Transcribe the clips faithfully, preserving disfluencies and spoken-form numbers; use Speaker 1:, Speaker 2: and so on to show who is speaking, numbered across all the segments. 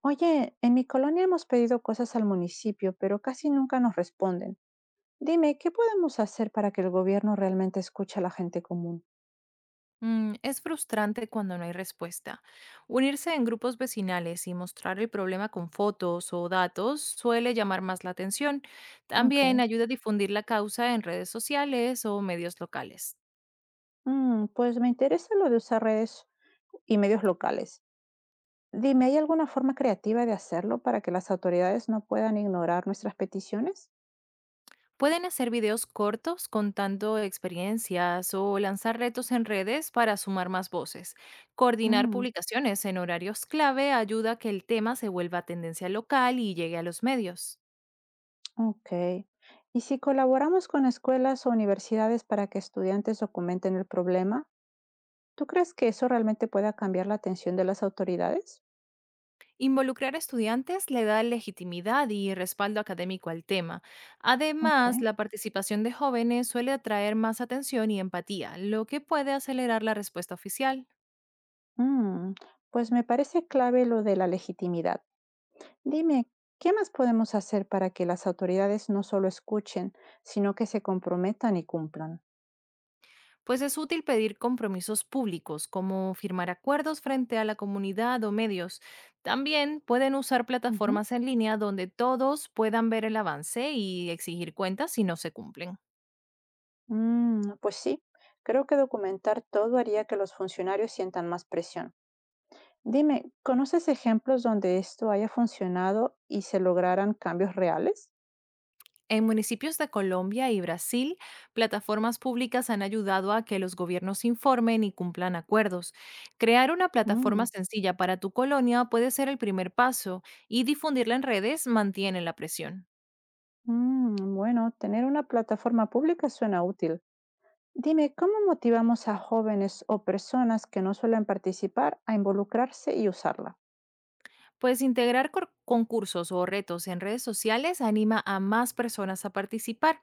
Speaker 1: Oye, en mi colonia hemos pedido cosas al municipio, pero casi nunca nos responden. Dime, ¿qué podemos hacer para que el gobierno realmente escuche a la gente común?
Speaker 2: Mm, es frustrante cuando no hay respuesta. Unirse en grupos vecinales y mostrar el problema con fotos o datos suele llamar más la atención. También
Speaker 1: Ok.
Speaker 2: ayuda a difundir la causa en redes sociales o medios locales.
Speaker 1: Mm, pues me interesa lo de usar redes y medios locales. Dime, ¿hay alguna forma creativa de hacerlo para que las autoridades no puedan ignorar nuestras peticiones?
Speaker 2: Pueden hacer videos cortos contando experiencias o lanzar retos en redes para sumar más voces. Coordinar
Speaker 1: Mm,
Speaker 2: publicaciones en horarios clave ayuda a que el tema se vuelva tendencia local y llegue a los medios.
Speaker 1: ok. ¿Y si colaboramos con escuelas o universidades para que estudiantes documenten el problema? ¿Tú crees que eso realmente pueda cambiar la atención de las autoridades?
Speaker 2: Involucrar a estudiantes le da legitimidad y respaldo académico al tema.
Speaker 1: Ok.
Speaker 2: Además, la participación de jóvenes suele atraer más atención y empatía, lo que puede acelerar la respuesta oficial.
Speaker 1: Mm, pues me parece clave lo de la legitimidad. Dime, ¿qué más podemos hacer para que las autoridades no solo escuchen, sino que se comprometan y cumplan?
Speaker 2: Pues es útil pedir compromisos públicos, como firmar acuerdos frente a la comunidad o medios. También pueden usar
Speaker 1: Ujú.
Speaker 2: plataformas en línea donde todos puedan ver el avance y exigir cuentas si no se cumplen.
Speaker 1: Mm, pues sí, creo que documentar todo haría que los funcionarios sientan más presión. Dime, ¿conoces ejemplos donde esto haya funcionado y se lograran cambios reales?
Speaker 2: En municipios de Colombia y Brasil, plataformas públicas han ayudado a que los gobiernos informen y cumplan acuerdos. Crear una plataforma
Speaker 1: Mm,
Speaker 2: sencilla para tu colonia puede ser el primer paso, y difundirla en redes mantiene la presión.
Speaker 1: mm, bueno, tener una plataforma pública suena útil. Dime, ¿cómo motivamos a jóvenes o personas que no suelen participar a involucrarse y usarla?
Speaker 2: Pues integrar cor- concursos o retos en redes sociales anima a más personas a participar.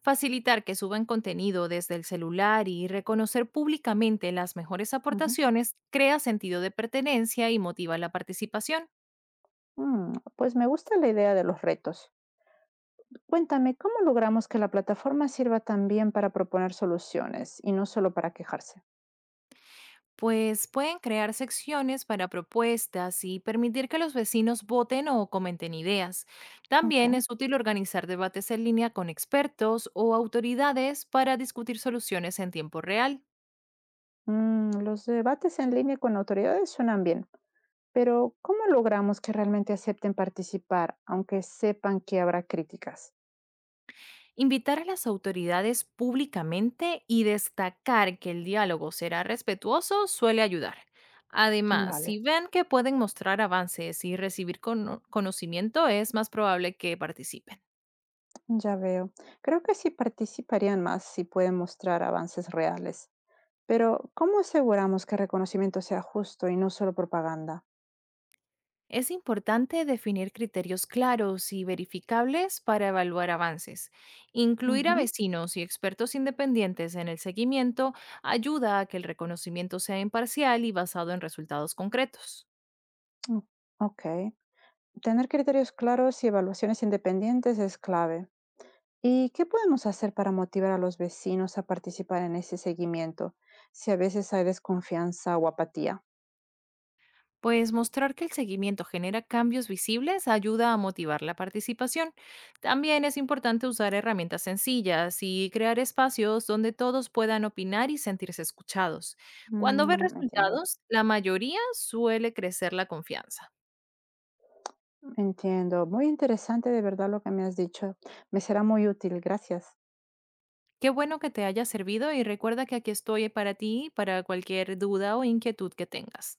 Speaker 2: Facilitar que suban contenido desde el celular y reconocer públicamente las mejores
Speaker 1: Ujú.
Speaker 2: aportaciones crea sentido de pertenencia y motiva la participación.
Speaker 1: Mm, pues me gusta la idea de los retos. Cuéntame, ¿cómo logramos que la plataforma sirva también para proponer soluciones y no solo para quejarse?
Speaker 2: Pues pueden crear secciones para propuestas y permitir que los vecinos voten o comenten ideas.
Speaker 1: Ok.
Speaker 2: También es útil organizar debates en línea con expertos o autoridades para discutir soluciones en tiempo real.
Speaker 1: Mm, los debates en línea con autoridades suenan bien, pero ¿cómo logramos que realmente acepten participar, aunque sepan que habrá críticas?
Speaker 2: Invitar a las autoridades públicamente y destacar que el diálogo será respetuoso suele ayudar. Además, si
Speaker 1: Vale,
Speaker 2: ven que pueden mostrar avances y recibir cono- conocimiento, es más probable que participen.
Speaker 1: ya veo. Creo que sí participarían más si pueden mostrar avances reales. Pero, ¿cómo aseguramos que el reconocimiento sea justo y no solo propaganda?
Speaker 2: Es importante definir criterios claros y verificables para evaluar avances. Incluir a
Speaker 1: Ujú,
Speaker 2: vecinos y expertos independientes en el seguimiento ayuda a que el reconocimiento sea imparcial y basado en resultados concretos.
Speaker 1: mm, ok. Tener criterios claros y evaluaciones independientes es clave. ¿Y qué podemos hacer para motivar a los vecinos a participar en ese seguimiento, si a veces hay desconfianza o apatía?
Speaker 2: Pues mostrar que el seguimiento genera cambios visibles ayuda a motivar la participación. También es importante usar herramientas sencillas y crear espacios donde todos puedan opinar y sentirse escuchados. Cuando ve
Speaker 1: Mm, entiendo,
Speaker 2: resultados, la mayoría suele crecer la confianza.
Speaker 1: entiendo. Muy interesante de verdad lo que me has dicho. Me será muy útil. Gracias.
Speaker 2: Qué bueno que te haya servido, y recuerda que aquí estoy para ti, para cualquier duda o inquietud que tengas.